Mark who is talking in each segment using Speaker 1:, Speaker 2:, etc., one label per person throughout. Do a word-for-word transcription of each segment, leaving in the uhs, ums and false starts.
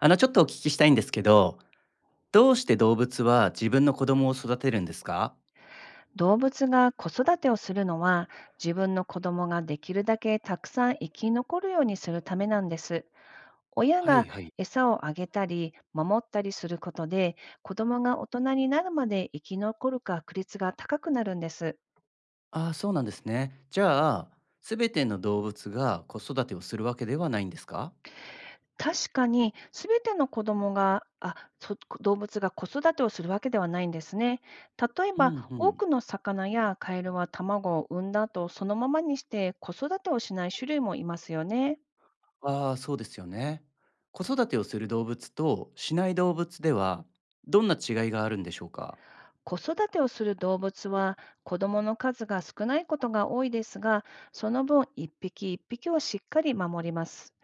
Speaker 1: あの、ちょっとお聞きしたいんですけど、どうして動物は自分の子供を育てるんですか？
Speaker 2: 動物が子育てをするのは、自分の子供ができるだけたくさん生き残るようにするためなんです。親
Speaker 1: はい
Speaker 2: が
Speaker 1: はい。
Speaker 2: 餌をあげたり守ったりすることで、子供が大人になるまで生き残る確率が高くなるんです。
Speaker 1: ああ、そうなんですね。じゃあ、すべての動物が子育てをするわけではないんですか？
Speaker 2: 確かにすべての子供があそ動物が子育てをするわけではないんですね。例え
Speaker 1: う
Speaker 2: ば、
Speaker 1: んう
Speaker 2: 多
Speaker 1: ん。
Speaker 2: くの魚やカエルは卵を産んだ後、そのままにして子育てをしない種類もいますよね。
Speaker 1: ああ、そうですよね。子育てをする動物としない動物では、どんな違いがあるんでしょうか？
Speaker 2: 子育てをする動物は、子供の数が少ないことが多いですが、その分一匹一匹をしっかり守ります。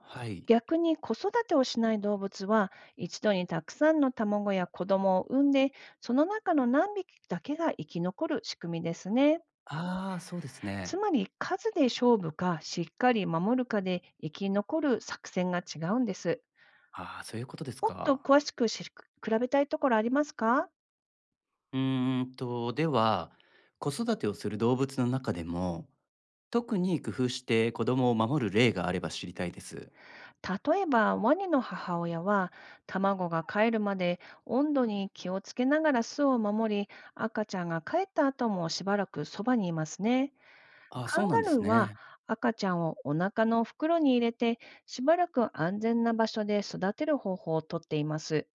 Speaker 1: はい。
Speaker 2: 逆に子育てをしない動物は、一度にたくさんの卵や子供を産んで、その中の何匹だけが生き残る仕組みですね。
Speaker 1: ああ、そうです
Speaker 2: つ
Speaker 1: ね。
Speaker 2: まり、数で勝負かしっかり守るかで生き残る作戦が違うんです。
Speaker 1: ああ、そういうことです
Speaker 2: もっと
Speaker 1: か。
Speaker 2: 詳しく知比べたいところありますか？
Speaker 1: うーんと、では、子育てをする動物の中でも、特に工夫して子供を守る例があれば知りたいです。
Speaker 2: 例えば、ワニの母親は、卵が帰るまで温度に気をつけながら巣を守り、赤ちゃんが帰った後もしばらくそばにいますね。
Speaker 1: あ、
Speaker 2: カ
Speaker 1: そう
Speaker 2: ン
Speaker 1: な
Speaker 2: ガ
Speaker 1: んで
Speaker 2: ル
Speaker 1: す
Speaker 2: ーは
Speaker 1: ね。
Speaker 2: 赤ちゃんをお腹の袋に入れて、しばらく安全な場所で育てる方法をとっています。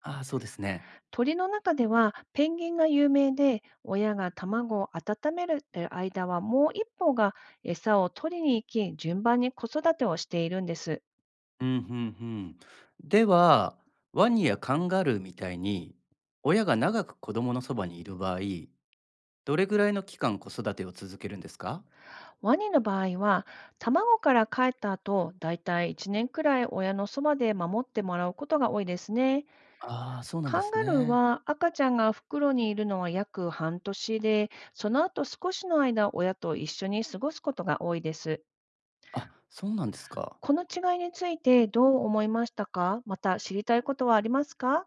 Speaker 1: あ、そうですね。
Speaker 2: 鳥の中ではペンギンが有名で、親が卵を温める間はもう一方が餌を取りに行き、順番に子育てをしているんです。
Speaker 1: うん、うんうん。では、ワニやカンガルーみたいに、親が長く子供のそばにいる場合、どれぐらいの期間子育てを続けるんですか？
Speaker 2: ワニの場合は、卵から帰った後、だいたいいちねんくらい親のそばで守ってもらうことが多いですね。
Speaker 1: ああー、そうなんで
Speaker 2: カン
Speaker 1: す
Speaker 2: ガルー
Speaker 1: ね。
Speaker 2: は赤ちゃんが袋にいるのは約半年で、その後少しの間親と一緒に過ごすことが多いです。
Speaker 1: あ、そうなんですか。
Speaker 2: この違いについてどう思いましたか？また知りたいことはありますか？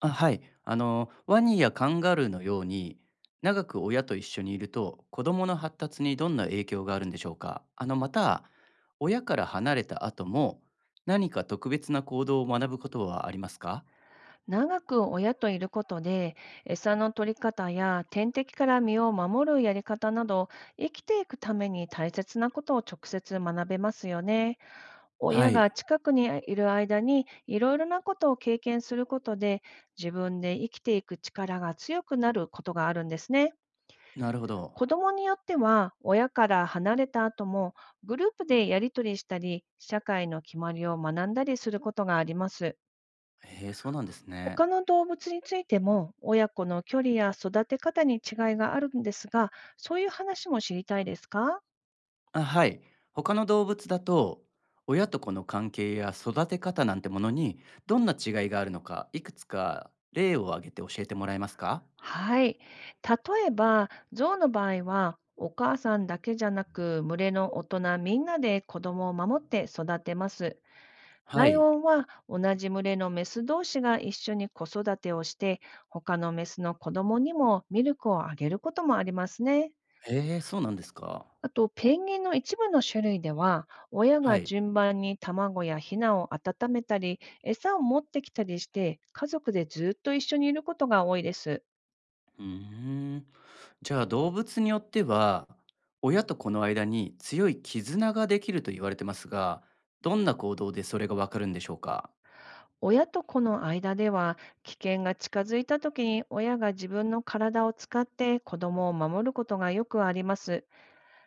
Speaker 1: あ、はい。あの、ワニやカンガルーのように、長く親と一緒にいると、子供の発達にどんな影響があるんでしょうか？あの、また、親から離れた後も、何か特別な行動を学ぶことはありますか？
Speaker 2: 長く親といることで、餌の取り方や天敵から身を守るやり方など、生きていくために大切なことを直接学べますよね。
Speaker 1: は
Speaker 2: 親が
Speaker 1: い。
Speaker 2: 近くにいる間に、いろいろなことを経験することで、自分で生きていく力が強くなることがあるんですね。
Speaker 1: なるほど。
Speaker 2: 子供によっては、親から離れた後も、グループでやり取りしたり、社会の決まりを学んだりすることがあります。
Speaker 1: へえ、そうなんですね。
Speaker 2: 他の動物についても親子の距離や育て方に違いがあるんですが、そういう話も知りたいですか？
Speaker 1: あ、はい。他の動物だと、親と子の関係や育て方なんてものに、どんな違いがあるのか、いくつか例を挙げて教えてもらえますか？
Speaker 2: はい。例えば、象の場合は、お母さんだけじゃなく、群れの大人みんなで子供を守って育てます。
Speaker 1: は
Speaker 2: ライオ
Speaker 1: い。
Speaker 2: ンは同じ群れのメス同士が一緒に子育てをして、他のメスの子供にもミルクをあげることもありますね。
Speaker 1: へえ、そうなんですか。
Speaker 2: あと、ペンギンの一部の種類では、親
Speaker 1: は
Speaker 2: が
Speaker 1: い。
Speaker 2: 順番に卵やヒナを温めたり、餌を持ってきたりして、家族でずっと一緒にいることが多いです。
Speaker 1: うーん。じゃあ、動物によっては、親と子の間に強い絆ができると言われてますが、どんな行動でそれがわかるんでしょうか？
Speaker 2: 親と子の間では、危険が近づいた時に親が自分の体を使って子供を守ることがよくあります。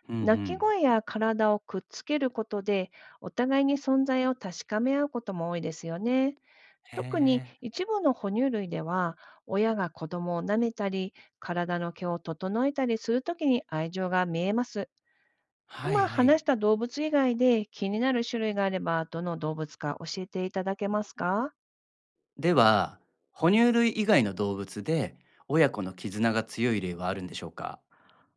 Speaker 1: うんう
Speaker 2: 鳴き
Speaker 1: ん。
Speaker 2: 声や体をくっつけることで、お互いに存在を確かめ合うことも多いですよね。
Speaker 1: へ
Speaker 2: 特に
Speaker 1: え。
Speaker 2: 一部の哺乳類では、親が子供を舐めたり、体の毛を整えたりするときに愛情が見えます。
Speaker 1: はい
Speaker 2: 今
Speaker 1: は
Speaker 2: 話
Speaker 1: い。
Speaker 2: した動物以外で気になる種類があれば、どの動物か教えていただけますか？
Speaker 1: では、哺乳類以外の動物で親子の絆が強い例はあるんでしょうか？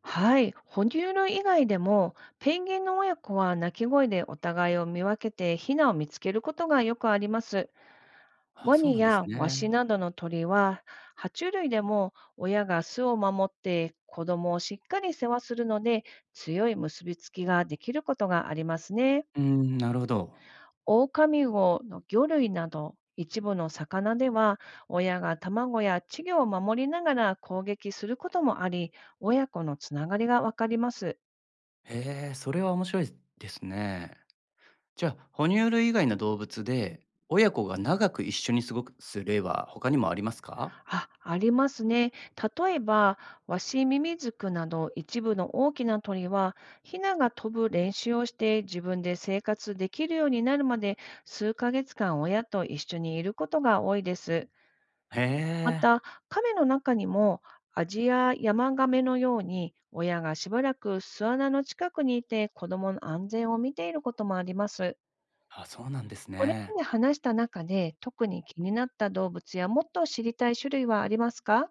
Speaker 2: はい、哺乳類以外でも、ペンギンの親子は鳴き声でお互いを見分けてヒナを見つけることがよくあります。
Speaker 1: あ、
Speaker 2: ワ
Speaker 1: そう
Speaker 2: ニ
Speaker 1: なんです
Speaker 2: やワ
Speaker 1: ね。
Speaker 2: シなどの鳥は、爬虫類でも親が巣を守って子供をしっかり世話するので、強い結びつきができることがありますね。
Speaker 1: うん、なるほど。
Speaker 2: オオカミウオの魚類など、一部の魚では、親が卵や稚魚を守りながら攻撃することもあり、親子のつながりがわかります。
Speaker 1: へえ、それは面白いですね。じゃあ、哺乳類以外の動物で、親子が長く一緒に過ごす例は他にもありますか？
Speaker 2: あ、ありますね。例えば、ワシミミズクなど一部の大きな鳥は、ヒナが飛ぶ練習をして自分で生活できるようになるまで、数ヶ月間親と一緒にいることが多いです。
Speaker 1: へ
Speaker 2: ま
Speaker 1: え、
Speaker 2: た、亀の中にもアジやヤマガメのように親がしばらく巣穴の近くにいて子供の安全を見ていることもあります。
Speaker 1: あ、そうなんです
Speaker 2: これま
Speaker 1: ね。
Speaker 2: で話した中で特に気になった動物やもっと知りたい種類はありますか？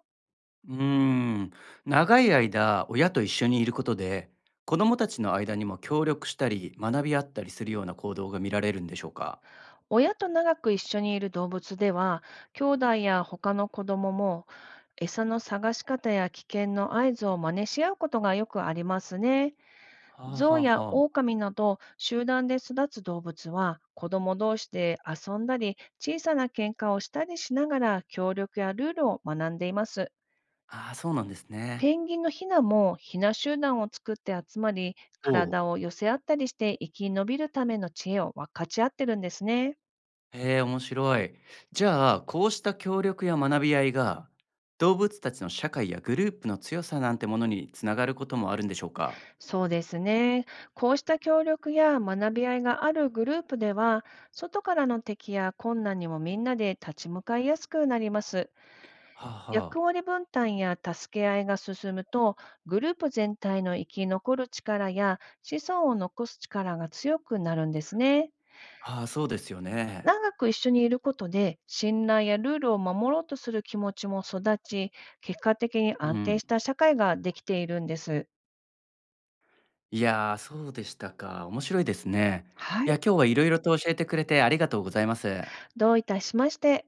Speaker 1: うーん、長い間親と一緒にいることで、子供たちの間にも協力したり学び合ったりするような行動が見られるんでしょうか？
Speaker 2: 親と長く一緒にいる動物では、兄弟や他の子供も餌の探し方や危険の合図を真似し合うことがよくありますね。
Speaker 1: はあは
Speaker 2: 象
Speaker 1: あ
Speaker 2: や
Speaker 1: はあ。
Speaker 2: 狼など集団で育つ動物は、子供同士で遊んだり、小さな喧嘩をしたりしながら協力やルールを学んでいます。
Speaker 1: ああ、そうなんですね。
Speaker 2: ペンギンのヒナもヒナ集団を作って集まり、
Speaker 1: おう、
Speaker 2: 体を寄せ合ったりして生き延びるための知恵を分かち合ってるんですね。
Speaker 1: へえ、面白い。じゃあ、こうした協力や学び合いが、動物たちの社会やグループの強さなんてものにつながることもあるんでしょうか？
Speaker 2: そうですね。こうした協力や学び合いがあるグループでは、外からの敵や困難にもみんなで立ち向かいやすくなります。
Speaker 1: はあは
Speaker 2: 役
Speaker 1: あ。
Speaker 2: 割分担や助け合いが進むと、グループ全体の生き残る力や子孫を残す力が強くなるんですね。
Speaker 1: はあ、そうですよね。
Speaker 2: 長く一緒にいることで、信頼やルールを守ろうとする気持ちも育ち、結果的に
Speaker 1: う
Speaker 2: 安
Speaker 1: ん。
Speaker 2: 定した社会ができているんです。
Speaker 1: いやー、そうでしたか。面白いですね。
Speaker 2: は
Speaker 1: い
Speaker 2: い。
Speaker 1: や、今日はいろいろと教えてくれてありがとうございます。
Speaker 2: どういたしまして。